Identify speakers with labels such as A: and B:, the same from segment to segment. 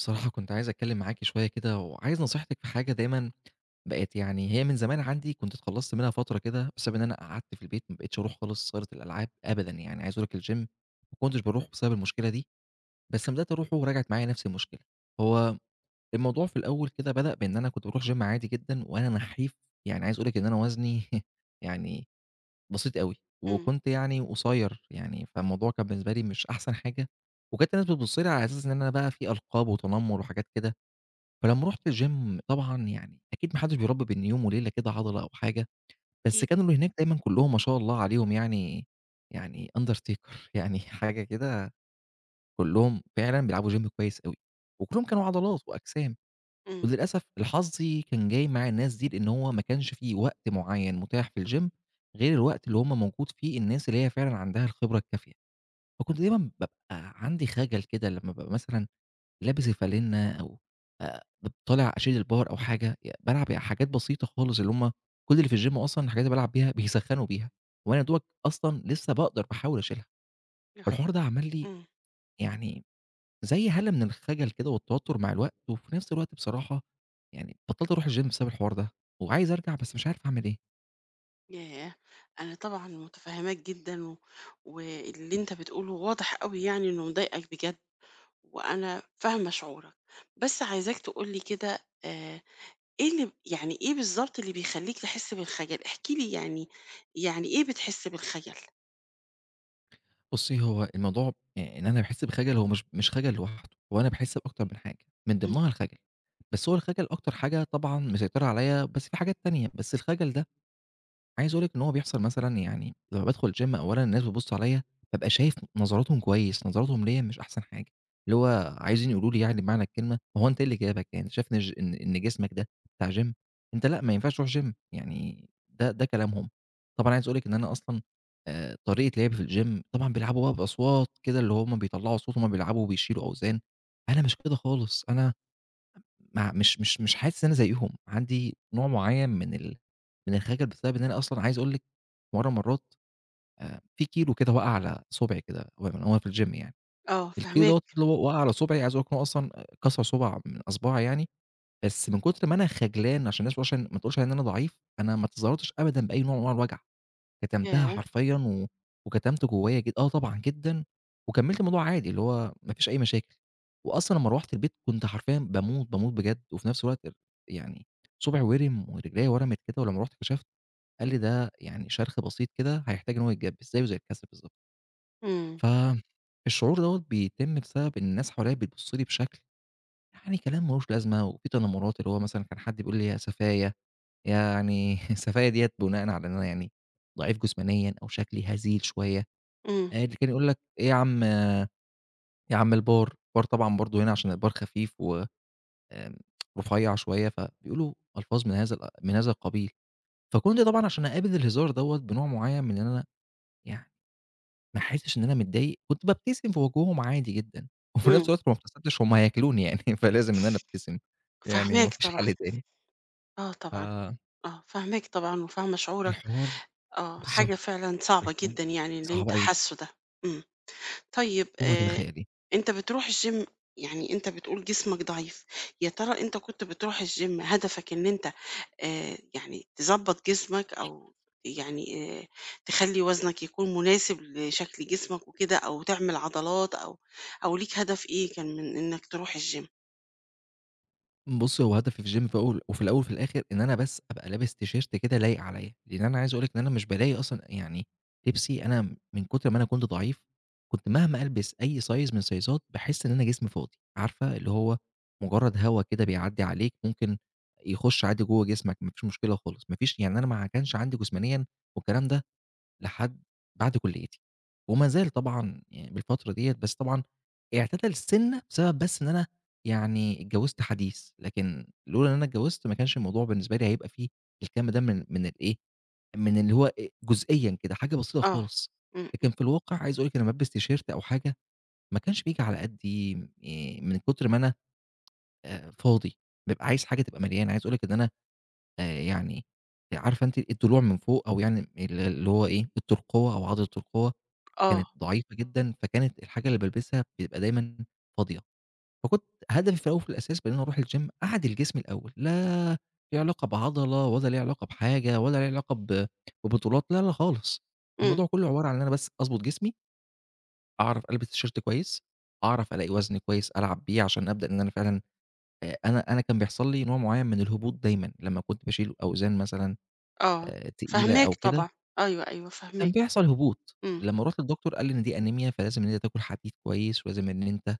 A: بصراحة كنت عايز أتكلم معاكِ شوية كده، وعايز نصيحتِك في حاجة دايمًا بقت. يعني هي من زمان عندي، كنت اتخلّصت منها فترة كده، بسبب إن أنا قعدت في البيت ما بقيتش أروح خالص صالة الألعاب أبدًا يعني، عايز أقول لك الgym ما كنتش باروحه بسبب المشكلة دي، بس لمّا بدأت أروحه ورجعت معايا نفس المشكلة. هو الموضوع في الأول كده بدأ بإن أنا كنت باروح gym عادي جدًا وأنا نحيف، يعني عايز أقول لِك إن أنا وزني يعني بسيط أوي،
B: إمم.
A: وكنت يعني قصير يعني، فالموضوع كان بالنسبة لي مش أحسن حاجة، وكانت الناس بتبُص لي على أساس إن أنا بقى في ألقاب وتنمر وحاجات كده. فلمّا رُحت الgym طبعًا يعني أكيد ما حدّش بيربّي بين يوم وليلة كده عضلة أو حاجة، بس
B: أكيد.
A: كانوا اللي هناك دايمًا كلّهم ما شاء الله عليهم يعني undertaker يعني حاجة كده، كلّهم فعلًا بيلعبوا gym كويس أوي، وكلّهم كانوا عضلات وأجسام،
B: إمم.
A: وللأسف لحظي كان جاي مع الناس دي لإن هو ما كانش في وقت معيّن متاح في الgym غير الوقت اللي هم موجود فيه الناس اللي هي فعلًا عندها الخبرة الكافية، فكنت دايمًا بابقى عندي خَجَل كده لمّا بابقى مثلًا لابس الفالينة أو ب طالع أشيل البار أو حاجة، بالعب حاجات بسيطة خالص اللي هم كل اللي في الgym أصلًا الحاجات اللي بالعب بيها بيسخّنوا بيها، وأنا يا دوبك أصلًا لسه باقدر باحاول أشيلها،
B: يا خ
A: فالحوار ده عمل لي
B: إمم.
A: يعني زي هَلَة من الخجل كده والتوتر مع الوقت، وفي نفس الوقت بصراحة يعني بطّلت أروح الgym بسبب الحوار ده، وعايز أرجع بس مش عارف أعمل إيه.
B: ياه! أنا طبعًا مُتفهّماك جدًا واللي أنت بتقوله واضح أوي، يعني إنه مضايقك بجد، وأنا فاهمة شعورك. بس عايزاك تقول لي كده، آآ إيه بالضبط اللي بيخلّيك تحِس بالخجل؟ احكِ لي، يعني إيه بتحِس بالخجل؟
A: بُصّي، هو الموضوع إن أنا باحس بخجل، هو مش خجل لوحده، هو أنا باحس بأكتر من حاجة، من
B: إمم،
A: ضمنها الخجل، بس هو
B: إمم.
A: الخجل أكتر حاجة طبعًا مسيطرة عليَّ، بس في حاجات تانية، بس الخجل ده عايز أقول لِك إن هو بيحصل مثلًا يعني لمّا بادخل الgym أولًا الناس بتبُص عليَّ، بابقى شايف نظراتهم كويس، نظراتهم ليَّ مش أحسن حاجة، اللي هو عايزين يقولوا لي يعني بمعنى الكلمة هو أنت إيه اللي جابك، يعني أنت شايف إن ج إن إن جسمك ده بتاع gym؟ أنت لأ، ما ينفعش تروح gym، يعني ده كلامهم. طبعًا عايز أقول لِك إن أنا أصلًا طريقة لعبي في الgym، طبعًا بيلعبوا بقى بأصوات كده اللي هم بيطلعوا صوت وهم بيلعبوا وبيشيلوا أوزان، أنا مش كده خالص، أنا مع مش مش مش حاسس إن أنا زيّهم، عندي نوع معيّن من ال من الخجل، بسبب إن أنا أصلًا عايز أقول لِك في مرّة من المرّات، في كيلو كده وقع على صُبعي كده و وأنا في الgym يعني،
B: آه،
A: الكيلو دوّة
B: فاهماك.
A: اللي هو وقع على صُبعي عايز أقول لِك إن هو أصلًا كسر صُباع من أصبعي يعني، بس من كتر ما أنا خجلان عشان الناس ما تقولش عليّا إن أنا ضعيف، أنا ما تظاهرتش أبدًا بأي نوع من أنواع الوجع. كتمتها
B: ياه!
A: حرفيًا و وكتمت جوايا جد آه طبعًا جدًا، وكمّلت الموضوع عادي، اللي هو ما فيش أي مشاكل، وأصلًا لمّا روّحت البيت كنت حرفيًا باموت، باموت بجد، وفي نفس الوقت يعني صُبعي وِرِم ورجليّا ورمت كده، ولمّا رُحت كشفت قال لي: "ده يعني شرخ بسيط كده هيحتاج إن هو يتجبس زيه زي الكسر بالضبط."
B: إمم،
A: فالشعور دوّة بيتم بسبب إن الناس حواليّا بتبُص لي بشكل يعني كلام ما لوش لازمة، وفي تنمرات اللي هو مثلًا كان حد بيقول لي يا سفاية، يعني السفاية ديّة بناءً على إن أنا يعني ضعيف جسمانيًا أو شكلي هزيل شوية،
B: إمم،
A: اللي كان يقول لك: "إيه يا عم، آه، يا عم البار؟" البار طبعًا برضه هنا عشان البار خفيف و آمم رفيّع شوية، فبيقولوا ألفاظ من هذا القبيل. فكنت طبعًا عشان أقابل الهزار دوّة بنوع معيّن من إن أنا يعني ما أحسّش إن أنا متضايق، كنت بابتسم في وجوههم عادي جدًا، وفي
B: إمم.
A: نفس الوقت لو ما ابتسمتش هم هياكلوني يعني فلازم إن أنا أبتسم، يعني ما
B: فاهماك
A: فيش
B: طبعًا.
A: حل تاني.
B: آه طبعًا، آه. فاهماك طبعًا، وفاهمة شعورك.
A: فالحوار
B: آه،
A: بالضبط.
B: حاجة فعلًا صعبة
A: الحوار
B: جدًا يعني اللي
A: صعب
B: أنت
A: أوي.
B: حاسّه ده. إمم. طيب،
A: فوق ما تتخيلي.
B: أنت بتروح الgym، يعني أنت بتقول جسمك ضعيف. يا ترى أنت كنت بتروح الgym هدفك إن أنت يعني تضبّط جسمك، أو يعني تخلّي وزنك يكون مناسب لشكل جسمك وكده، أو تعمل عضلات، أو ليك هدف إيه كان من إنك تروح الgym؟
A: بُصّي، هو هدفي في الgym في أول وفي الأول وفي الآخر إن أنا بس أبقى لابس تيشيرت كده لايق عليَّ، لإن أنا عايز أقول لِك إن أنا مش بالاقي أصلًا يعني لبسي، أنا من كتر ما أنا كنت ضعيف، كنت مهما ألبس أي size من السايزات باحس إن أنا جسمي فاضي، عارفة اللي هو مجرد هوا كده بيعدّي عليك ممكن يخش عادي جوّه جسمك ما فيش مشكلة خالص، ما فيش يعني، أنا ما كانش عندي جسمانيًا، والكلام ده لحد بعد كليتي، وما زال طبعًا يعني بالفترة ديّة، بس طبعًا اعتدل سِنّة بسبب بس إن أنا يعني اتجوزت حديث، لكن لولا إن أنا اتجوزت ما كانش الموضوع بالنسبة لي هيبقى فيه الكم ده من الإيه، من اللي هو جزئيًا كده، حاجة بسيطة
B: آه.
A: خالص،
B: إمم،
A: لكن
B: إمم.
A: في الواقع عايز أقول لِك أنا بالبس تيشيرت أو حاجة ما كانش بييجي على قدّي، من كتر ما أنا فاضي، بابقى عايز حاجة تبقى مليانة، عايز أقول لِك إن أنا يعني عارفة أنتِ الضلوع من فوق، أو يعني اللي هو إيه، الترقوة أو عضلة الترقوة،
B: آه.
A: كانت ضعيفة جدًا، فكانت الحاجة اللي بالبسها بيبقى دايمًا فاضية، فكنت هدفي في الأول وفي الأساس بإن أنا أروح الgym أعدل جسمي الأول، لا ليه علاقة بعضلة ولا ليه علاقة بحاجة ولا ليه علاقة ب ببطولات، لا، لا خالص،
B: إمم.
A: الموضوع كله عبارة عن إن أنا بس أضبط جسمي، أعرف ألبس تيشيرت كويس، أعرف ألاقي وزن كويس ألعب بيه عشان أبدأ إن أنا فعلًا، أنا كان بيحصل لي نوع معين من الهبوط دايمًا، لمّا كنت باشيل أوزان مثلًا
B: آه،
A: تقيلة
B: فاهماك
A: أو كده،
B: طبعًا. أيوه، أيوه،
A: كان
B: فاهماك.
A: بيحصل هبوط،
B: إمم.
A: لمّا رُحت للدكتور قال لي إن دي أنيميا، فلازم إن أنت تاكل حديد كويس، ولازم إن أنت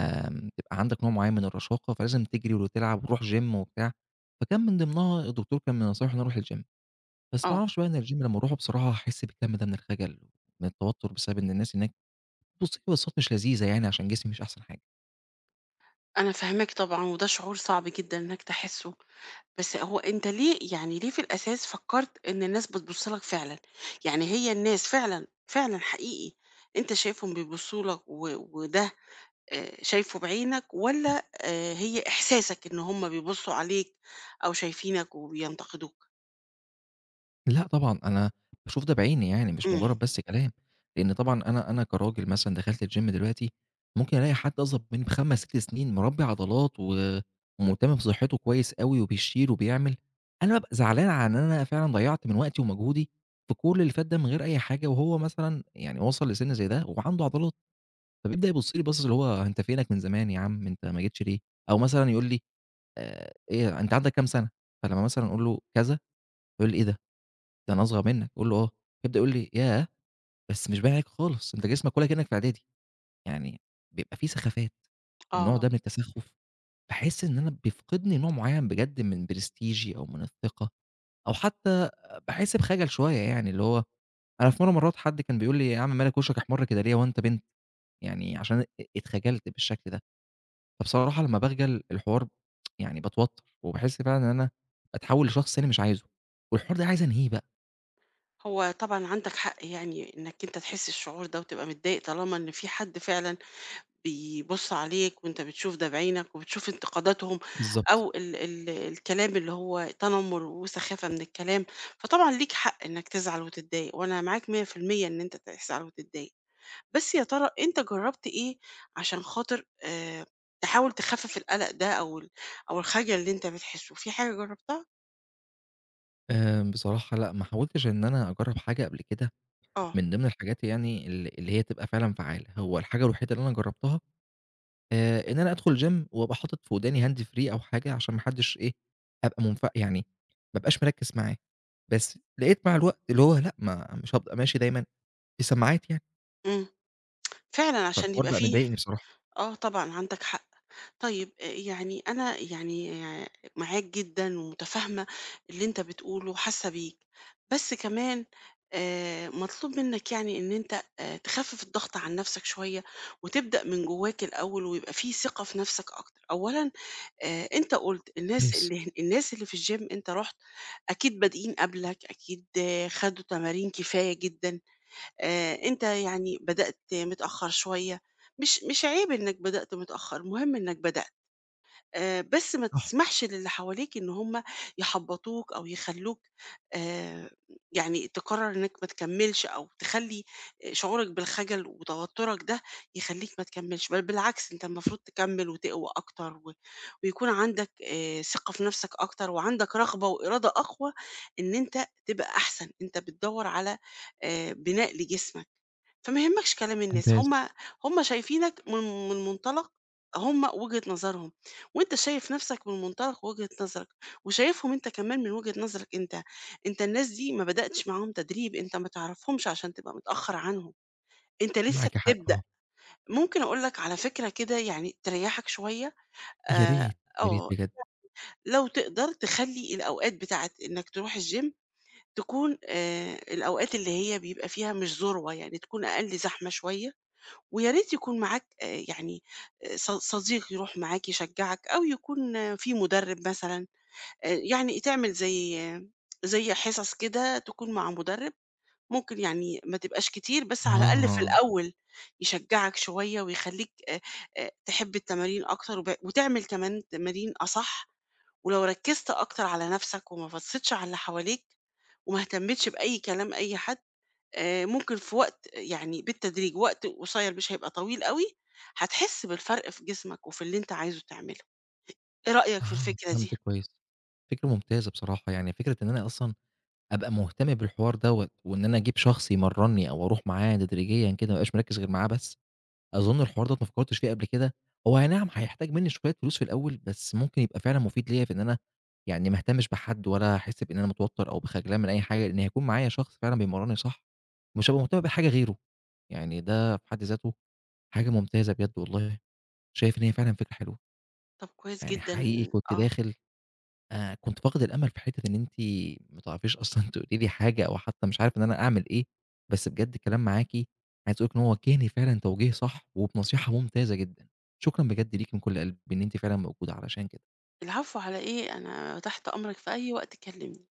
A: تبقى عندك نوع معين من الرشاقة، فلازم تجري وتلعب وتروح جيم وبتاع، فكان من ضمنها الدكتور كان من نصايحه إن أنا أروح الجيم، بس ما
B: آه.
A: أعرفش بقى إن الجيم لمّا أروحه بصراحة هاحس بالكم ده من الخجل، من التوتر بسبب إن الناس هناك، بُصّي، هي بصات مش لذيذة يعني عشان جسمي مش أحسن حاجة.
B: أنا فاهماك طبعًا، وده شعور صعب جدًا إنك تحسه. بس هو أنت ليه في الأساس فكّرت إن الناس بتبُص لك فعلًا؟ يعني هي الناس، فعلًا، فعلًا حقيقي أنت شايفهم بيبُصّوا لك، وده شايفه بعينك، والّا هي إحساسك إن هم بيبُصّوا عليك، أو شايفينك وبينتقدوك؟
A: لأ طبعًا، أنا باشوف ده بعيني يعني مش
B: إمم.
A: مجرّد بس كلام، لإن طبعًا أنا كراجل مثلًا دخلت الgym دلوقتي، ممكن ألاقي حد أصغر مني ب5، 6 سنين مربّي عضلات و ومهتم بصحته كويس أوي وبيشيل وبيعمل، أنا بابقى زعلان على إن أنا فعلًا ضيّعت من وقتي ومجهودي في كل اللي فات ده من غير أي حاجة، وهو مثلًا يعني وصل لسِن زي ده وعنده عضلات، فبيبدأ يبُص لي بصّة اللي هو أنت فينك من زمان يا عم، أنت ما جيتش ليه؟ أو مثلًا يقول لي إيه، أنت عندك كام سَنة؟ فلمّا مثلًا أقول له كذا، يقول لي إيه ده؟ ده أنا أصغر منّك. أقول له: "آه." يبدأ يقول لي: "ياه! بس مش باين عليك خالص، أنت جسمك ولا كإنّك في إعدادي." يعني بيبقى في سخافات، النوع
B: آه.
A: ده من التسخُّف باحس إن أنا بيفقدني نوع معيّن بجد من برستيجي أو من الثقة، أو حتى باحس بخجل شوية يعني، اللي هو أنا في مرّة من المرّات حد كان بيقول لي: "يا عم مالك وشّك أحمر كده ليه، هو أنت بنت؟" يعني عشان اتخجلت بالشكل ده. فبصراحة لمّا باخجل الحوار، يعني باتوتّر وباحس فعلًا إن أنا باتحوّل لشخص أنا مش عايزه، والحوار ده عايز أنهيه بقى.
B: هو طبعًا عندك حق، يعني إنك أنت تحس الشعور ده وتبقى متضايق، طالما إن في حد فعلًا بيبُص عليك وأنت بتشوف ده بعينك، وبتشوف انتقاداتهم،
A: بالضبط.
B: أو ال ال الكلام اللي هو تنمُّر وسخافة من الكلام. فطبعًا ليك حق إنك تزعل وتتضايق، وأنا معاك 100% إن أنت تزعل وتتضايق. بس يا ترى أنت جرّبت إيه عشان خاطر تحاول تخفِّف القلق ده، أو الخجل اللي أنت بتحسّه، في حاجة جرّبتها؟
A: بصراحة لأ، ما حاولتش إن أنا أجرّب حاجة قبل كده،
B: آه.
A: من ضمن الحاجات يعني اللي هي تبقى فعلًا فعّالة، هو الحاجة الوحيدة اللي أنا جرّبتها، إن أنا أدخل gym وأبقى حاطط في وداني hand free أو حاجة عشان ما حدش إيه، أبقى يعني ما أبقاش مركّز معاه، بس لقيت مع الوقت اللي هو لأ، ما مش هابقى ماشي دايمًا بسماعات يعني،
B: إمم. فعلًا عشان
A: فالحوار
B: يبقى
A: بقى
B: فيه.
A: مضايقني بصراحة.
B: آه، طبعًا عندك حق. طيب يعني أنا يعني، آه، معاك جدًا ومُتفاهمة اللي أنت بتقوله وحاسة بيك. بس كمان مطلوب منّك يعني إن أنت تخفِّف الضغط عن نَفْسك شوية، وتبدأ من جوّاك الأول، ويبقى في ثقة في نَفْسك أكتر. أولًا أنت قُلت
A: كويس،
B: الناس اللي في الgym أنت رُحت، أكيد بادئين قبلك، أكيد آه، خدوا تمارين كفاية جدًا. أنت يعني بدأت متأخّر شوية. مش عيب إنّك بدأت متأخّر، مهم إنّك بدأت. بس ما
A: صح،
B: تسمحش للي حواليك إن هم يحبطوك أو يخلوك، آآ، يعني تقرر إنك ما تكملش، أو تخلي شعورك بالخجل وتوترك ده يخليك ما تكملش. بل بالعكس، أنت المفروض تكمل وتقوى أكتر، ويكون عندك ثقة في نفسك أكتر، وعندك رغبة وإرادة أقوى إن أنت تبقى أحسن. أنت بتدوّر على بناء لجسمك. فما يهمكش كلام الناس.
A: ممتاز،
B: هم شايفينك من منطلق، وجهة نظرهم، وأنت شايف نَفْسك من منطلق وجهة نظرك، وشايفهم أنت كمان من وجهة نظرك أنت. أنت الناس دي ما بدأتش معاهم تدريب، أنت ما تعرفهمش عشان تبقى متأخّر عنهم، أنت لسه
A: معاكِ حق،
B: بتبدأ.
A: آه،
B: ممكن أقول لك على فكرة كده يعني تريّحك شوية.
A: يا
B: آآ
A: ريت، يا ريت
B: آه،
A: بجد.
B: لو تقدر تخلّي الأوقات بتاعة إنك تروح الgym تكون الأوقات اللي هي بيبقى فيها مش ذروة، يعني تكون أقل زحمة شوية، ويا ريت يكون معاك يعني صديق يروح معاك يشجّعك، أو يكون في مُدرِّب مثلًا. يعني تعمل زي زي حصص كده تكون مع مُدرِّب. ممكن يعني ما تبقاش كتير، بس على الأقل في
A: آه،
B: الأول يشجّعك شوية ويخلّيك تحب التمارين أكتر، وتعمل كمان تمارين أصح. ولو ركّزت أكتر على نَفْسك، وما بصّيتش على اللي حواليك، وما اهتمّتش بأي كلام أي حد، ممكن في وقت، يعني بالتدريج، وقت قصير مش هيبقى طويل أوي، هتحس بالفرق في جسمك وفي اللي أنت عايزه تعمله. إيه رأيك في
A: آه،
B: الفكرة دي؟
A: فهمت كويس. فكرة ممتازة بصراحة، يعني فكرة إن أنا أصلًا أبقى مهتم بالحوار دوّة، وإن أنا أجيب شخص يمرّني أو أروح معاه تدريجيًا كده، ما ابقاش مركّز غير معاه بس، أظن الحوار دوّة ما فكّرتش فيه قبل كده، هو أي نعم هيحتاج منّي شوية فلوس في الأول، بس ممكن يبقى فعلًا مفيد ليّا في إن أنا يعني ما اهتمش بحد ولا أحس بإن أنا متوتّر أو بخَجلان من أي حاجة، لإن هيكون معايا شخص فعلًا بيمرّني صح، مش هابقى مهتم بحاجة غيره، يعني ده في حد ذاته حاجة ممتازة بجد والله، شايف إن هي فعلًا فكرة حلوة،
B: طب كويس
A: يعني
B: جدًا،
A: حقيقي كنت
B: آه.
A: داخل، كنت فاقد الأمل في حتّة إن أنتِ ما تعرفيش أصلًا تقولي لي حاجة أو حتّى مش عارف إن أنا أعمل إيه، بس بجد الكلام معاكِ عايز أقول لِك إن هو وجّهني فعلًا توجيه صح وبنصيحة ممتازة جدًا. شكرًا بجد ليكِ من كل قلبي إن أنتِ فعلًا موجودة علشان كده.
B: العفو على إيه، أنا تحت أمرك في أي وقت، كلمني.